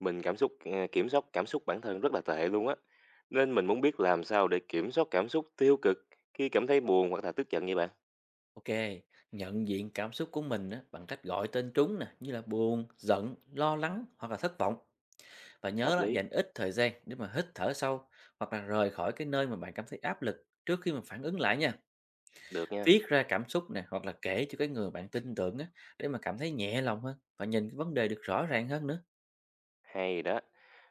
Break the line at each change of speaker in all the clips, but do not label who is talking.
Mình cảm xúc, kiểm soát cảm xúc bản thân rất là tệ luôn á. Nên mình muốn biết làm sao để kiểm soát cảm xúc tiêu cực khi cảm thấy buồn hoặc là tức giận như bạn?
Ok, nhận diện cảm xúc của mình á, bằng cách gọi tên chúng nè, như là buồn, giận, lo lắng hoặc là thất vọng. Và nhớ
Hợp
là
lý,
dành ít thời gian để mà hít thở sâu hoặc là rời khỏi cái nơi mà bạn cảm thấy áp lực trước khi mà phản ứng lại nha.
được nha,
Viết ra cảm xúc nè hoặc là kể cho cái người bạn tin tưởng á, để mà cảm thấy nhẹ lòng hơn và nhìn cái vấn đề được rõ ràng hơn nữa.
hay đó.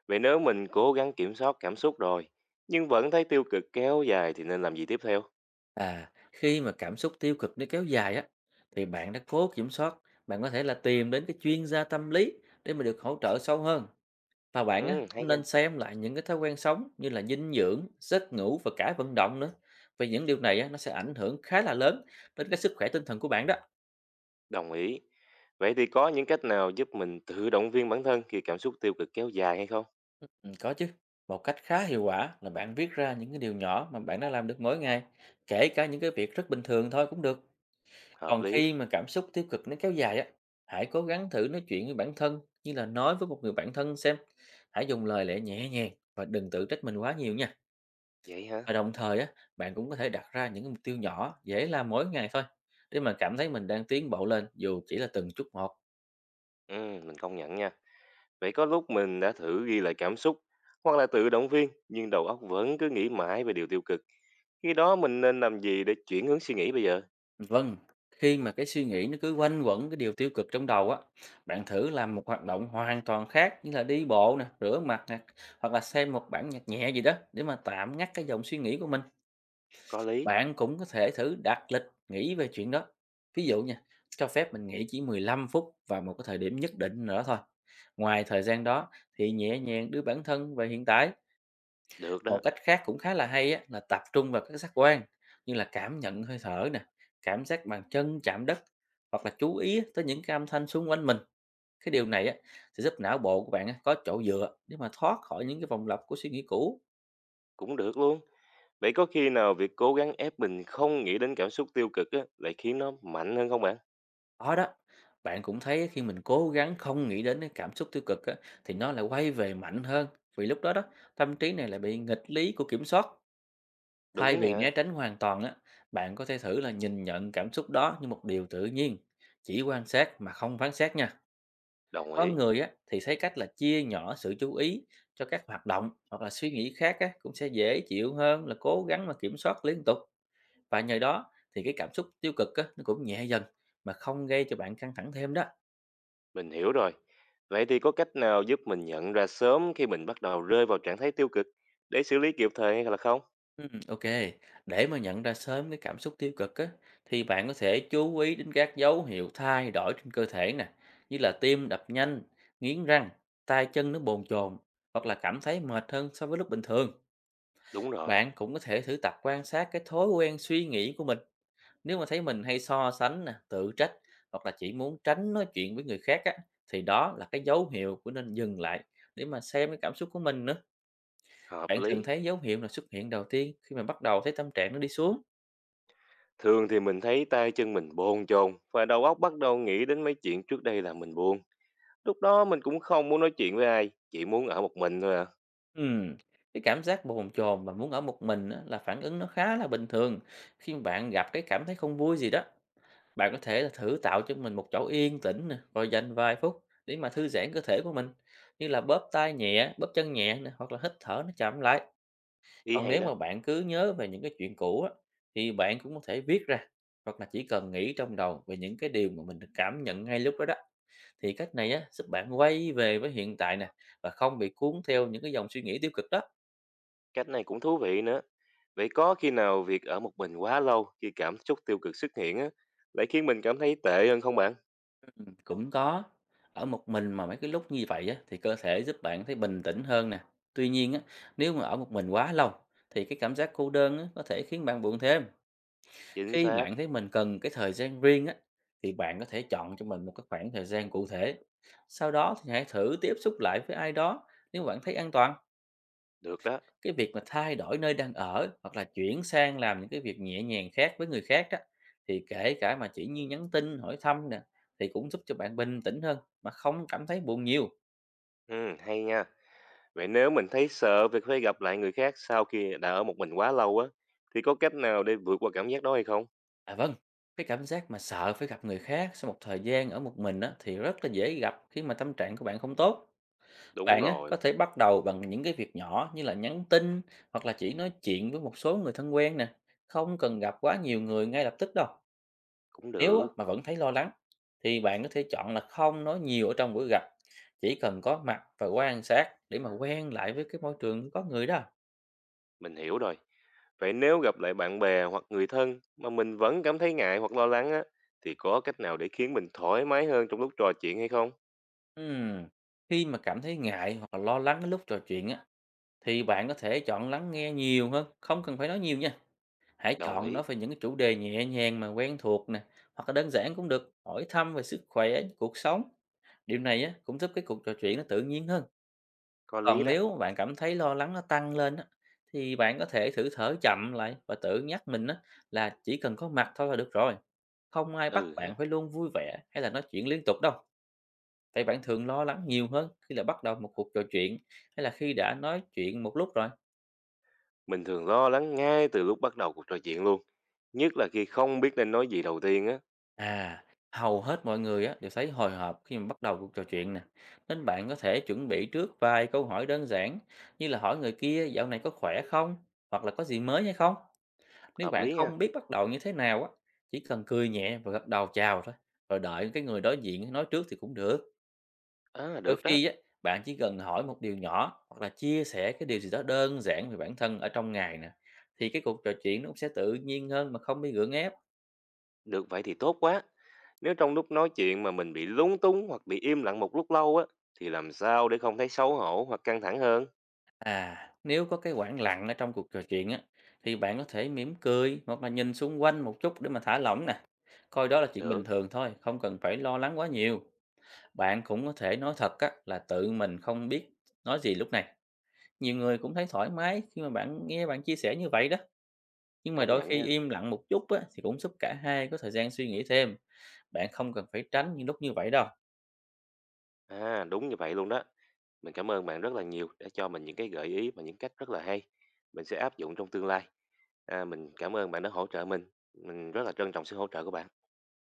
Vậy nếu mình cố gắng kiểm soát cảm xúc rồi, nhưng vẫn thấy tiêu cực kéo dài thì nên làm gì tiếp theo?
À, khi mà cảm xúc tiêu cực nó kéo dài á, thì bạn đã cố kiểm soát, bạn có thể là tìm đến cái chuyên gia tâm lý để mà được hỗ trợ sâu hơn. Và bạn á,
Ừ, hay
cũng
nha,
nên xem lại những cái thói quen sống như là dinh dưỡng, giấc ngủ và cả vận động nữa. Vì những điều này á, nó sẽ ảnh hưởng khá là lớn đến cái sức khỏe tinh thần của bạn đó.
đồng ý. Vậy thì có những cách nào giúp mình tự động viên bản thân khi cảm xúc tiêu cực kéo dài hay không?
Ừ, có chứ. Một cách khá hiệu quả là bạn viết ra những cái điều nhỏ mà bạn đã làm được mỗi ngày, kể cả những cái việc rất bình thường thôi cũng được.
Hợp
Còn
lý,
khi mà cảm xúc tiêu cực nó kéo dài á, hãy cố gắng thử nói chuyện với bản thân như là nói với một người bạn thân xem. Hãy dùng lời lẽ nhẹ nhàng và đừng tự trách mình quá nhiều nha.
vậy hả?
Và đồng thời á, bạn cũng có thể đặt ra những cái mục tiêu nhỏ, dễ làm mỗi ngày thôi, để mà cảm thấy mình đang tiến bộ lên dù chỉ là từng chút một.
Ừ, mình công nhận nha. Vậy có lúc mình đã thử ghi lại cảm xúc hoặc là tự động viên nhưng đầu óc vẫn cứ nghĩ mãi về điều tiêu cực. Khi đó mình nên làm gì để chuyển hướng suy nghĩ bây giờ?
Vâng, khi mà cái suy nghĩ nó cứ quanh quẩn cái điều tiêu cực trong đầu á, bạn thử làm một hoạt động hoàn toàn khác như là đi bộ nè, rửa mặt nè, hoặc là xem một bản nhạc nhẹ gì đó để mà tạm ngắt cái dòng suy nghĩ của mình.
Có lý,
Bạn cũng có thể thử đặt lịch nghỉ về chuyện đó. Ví dụ nha, cho phép mình nghỉ chỉ 15 phút vào một cái thời điểm nhất định nào đó thôi. Ngoài thời gian đó thì nhẹ nhàng đưa bản thân về hiện tại.
được đó,
Một cách khác cũng khá là hay á, là tập trung vào các giác quan như là cảm nhận hơi thở nè, cảm giác bàn chân chạm đất hoặc là chú ý tới những cái âm thanh xung quanh mình. Cái điều này á, sẽ giúp não bộ của bạn á, có chỗ dựa để mà thoát khỏi những cái vòng lặp của suy nghĩ cũ.
cũng được luôn. Vậy có khi nào việc cố gắng ép mình không nghĩ đến cảm xúc tiêu cực á, lại khiến nó mạnh hơn không bạn?
Có đó, bạn cũng thấy khi mình cố gắng không nghĩ đến cái cảm xúc tiêu cực á, thì nó lại quay về mạnh hơn. Vì lúc đó đó, tâm trí này lại bị nghịch lý của kiểm soát. Thay
Đúng
vì né
nha,
tránh hoàn toàn á, bạn có thể thử là nhìn nhận cảm xúc đó như một điều tự nhiên. Chỉ quan sát mà không phán xét nha.
đồng
Có
ý,
người á, thì thấy cách là chia nhỏ sự chú ý cho các hoạt động hoặc là suy nghĩ khác á, cũng sẽ dễ chịu hơn là cố gắng mà kiểm soát liên tục. Và nhờ đó thì cái cảm xúc tiêu cực á, nó cũng nhẹ dần mà không gây cho bạn căng thẳng thêm đó.
mình hiểu rồi. Vậy thì có cách nào giúp mình nhận ra sớm khi mình bắt đầu rơi vào trạng thái tiêu cực để xử lý kịp thời hay là không?
Ok. Để mà nhận ra sớm cái cảm xúc tiêu cực á, thì bạn có thể chú ý đến các dấu hiệu thay đổi trên cơ thể nè, như là tim đập nhanh, nghiến răng, tay chân nó bồn chồn, hoặc là cảm thấy mệt hơn so với lúc bình thường.
Đúng rồi,
Bạn cũng có thể thử tập quan sát cái thói quen suy nghĩ của mình. Nếu mà thấy mình hay so sánh nè, tự trách hoặc là chỉ muốn tránh nói chuyện với người khác á, thì đó là cái dấu hiệu của nên dừng lại để mà xem cái cảm xúc của mình nữa.
hợp
Bạn thường
lý.
thấy dấu hiệu là xuất hiện đầu tiên khi mà bắt đầu thấy tâm trạng nó đi xuống?
Thường thì mình thấy tay chân mình bồn chồn và đầu óc bắt đầu nghĩ đến mấy chuyện trước đây là mình buồn. Lúc đó mình cũng không muốn nói chuyện với ai, chỉ muốn ở một mình thôi à.
Ừm, cái cảm giác bồn chồn và muốn ở một mình á, là phản ứng nó khá là bình thường. Khi mà bạn gặp cái cảm thấy không vui gì đó, bạn có thể là thử tạo cho mình một chỗ yên tĩnh nè, rồi dành vài phút để mà thư giãn cơ thể của mình, như là bóp tay nhẹ, bóp chân nhẹ nè, hoặc là hít thở nó chậm lại.
Ý
Còn
hay
nếu
đó,
mà bạn cứ nhớ về những cái chuyện cũ á, thì bạn cũng có thể viết ra, hoặc là chỉ cần nghĩ trong đầu về những cái điều mà mình cảm nhận ngay lúc đó đó. Thì cách này á, giúp bạn quay về với hiện tại nè và không bị cuốn theo những cái dòng suy nghĩ tiêu cực đó.
cách này cũng thú vị nữa. Vậy có khi nào việc ở một mình quá lâu khi cảm xúc tiêu cực xuất hiện á, lại khiến mình cảm thấy tệ hơn không bạn?
Cũng có. Ở một mình mà mấy cái lúc như vậy á, thì cơ thể giúp bạn thấy bình tĩnh hơn nè. Tuy nhiên á, nếu mà ở một mình quá lâu thì cái cảm giác cô đơn á, có thể khiến bạn buồn thêm.
Chính
Khi
xác,
bạn thấy mình cần cái thời gian riêng á, thì bạn có thể chọn cho mình một cái khoảng thời gian cụ thể. Sau đó thì hãy thử tiếp xúc lại với ai đó nếu mà bạn thấy an toàn.
được đó.
Cái việc mà thay đổi nơi đang ở hoặc là chuyển sang làm những cái việc nhẹ nhàng khác với người khác đó thì kể cả mà chỉ như nhắn tin, hỏi thăm nè thì cũng giúp cho bạn bình tĩnh hơn mà không cảm thấy buồn nhiều.
Ừ, hay nha. Vậy nếu mình thấy sợ việc phải gặp lại người khác sau khi đã ở một mình quá lâu á, thì có cách nào để vượt qua cảm giác đó hay không?
À vâng, cái cảm giác mà sợ phải gặp người khác sau một thời gian ở một mình á, thì rất là dễ gặp khi mà tâm trạng của bạn không tốt.
Đúng
Bạn á, có
rồi,
thể bắt đầu bằng những cái việc nhỏ như là nhắn tin hoặc là chỉ nói chuyện với một số người thân quen nè, không cần gặp quá nhiều người ngay lập tức đâu.
cũng
Nếu á,
được.
mà vẫn thấy lo lắng thì bạn có thể chọn là không nói nhiều ở trong buổi gặp, chỉ cần có mặt và quan sát để mà quen lại với cái môi trường có người đó.
Mình hiểu rồi. Vậy nếu gặp lại bạn bè hoặc người thân mà mình vẫn cảm thấy ngại hoặc lo lắng á, thì có cách nào để khiến mình thoải mái hơn trong lúc trò chuyện hay không?
Ừm, Khi mà cảm thấy ngại hoặc là lo lắng lúc trò chuyện á, thì bạn có thể chọn lắng nghe nhiều hơn, không cần phải nói nhiều nha. Hãy
Đồng
chọn
ý,
nói về những cái chủ đề nhẹ nhàng mà quen thuộc nè, hoặc là đơn giản cũng được, hỏi thăm về sức khỏe, cuộc sống. Điều này á, cũng giúp cái cuộc trò chuyện nó tự nhiên hơn.
có lý
Còn
đó.
nếu bạn cảm thấy lo lắng nó tăng lên á, thì bạn có thể thử thở chậm lại và tự nhắc mình á, là chỉ cần có mặt thôi là được rồi. Không ai bắt
Ừ
bạn
ha.
phải luôn vui vẻ hay là nói chuyện liên tục đâu. Vậy bạn thường lo lắng nhiều hơn khi là bắt đầu một cuộc trò chuyện hay là khi đã nói chuyện một lúc rồi?
Mình thường lo lắng ngay từ lúc bắt đầu cuộc trò chuyện luôn. Nhất là khi không biết nên nói gì đầu tiên á.
À, hầu hết mọi người á, đều thấy hồi hộp khi mà bắt đầu cuộc trò chuyện nè. Nên bạn có thể chuẩn bị trước vài câu hỏi đơn giản như là hỏi người kia dạo này có khỏe không? Hoặc là có gì mới hay không? Nếu
Hợp
bạn
lý nha.
không biết bắt đầu như thế nào á, chỉ cần cười nhẹ và gật đầu chào thôi, rồi đợi cái người đối diện nói trước thì cũng được.
À
Đôi
được đó.
khi á, bạn chỉ cần hỏi một điều nhỏ hoặc là chia sẻ cái điều gì đó đơn giản về bản thân ở trong ngày nè, thì cái cuộc trò chuyện nó cũng sẽ tự nhiên hơn mà không bị gượng ép.
Được vậy thì tốt quá. Nếu trong lúc nói chuyện mà mình bị lúng túng hoặc bị im lặng một lúc lâu á, thì làm sao để không thấy xấu hổ hoặc căng thẳng hơn?
À, nếu có cái khoảng lặng ở trong cuộc trò chuyện á, thì bạn có thể mỉm cười hoặc là nhìn xung quanh một chút để mà thả lỏng nè. Coi đó là chuyện bình
Được,
thường thôi, không cần phải lo lắng quá nhiều. Bạn cũng có thể nói thật á, là tự mình không biết nói gì lúc này. Nhiều người cũng thấy thoải mái khi mà bạn nghe bạn chia sẻ như vậy đó. Nhưng mà
công
đôi
nhận
khi
nha.
im lặng một chút á, thì cũng giúp cả hai có thời gian suy nghĩ thêm. Bạn không cần phải tránh những lúc như vậy đâu.
À đúng như vậy luôn đó. Mình cảm ơn bạn rất là nhiều đã cho mình những cái gợi ý và những cách rất là hay. Mình sẽ áp dụng trong tương lai. À, mình cảm ơn bạn đã hỗ trợ mình. Mình rất là trân trọng sự hỗ trợ của bạn.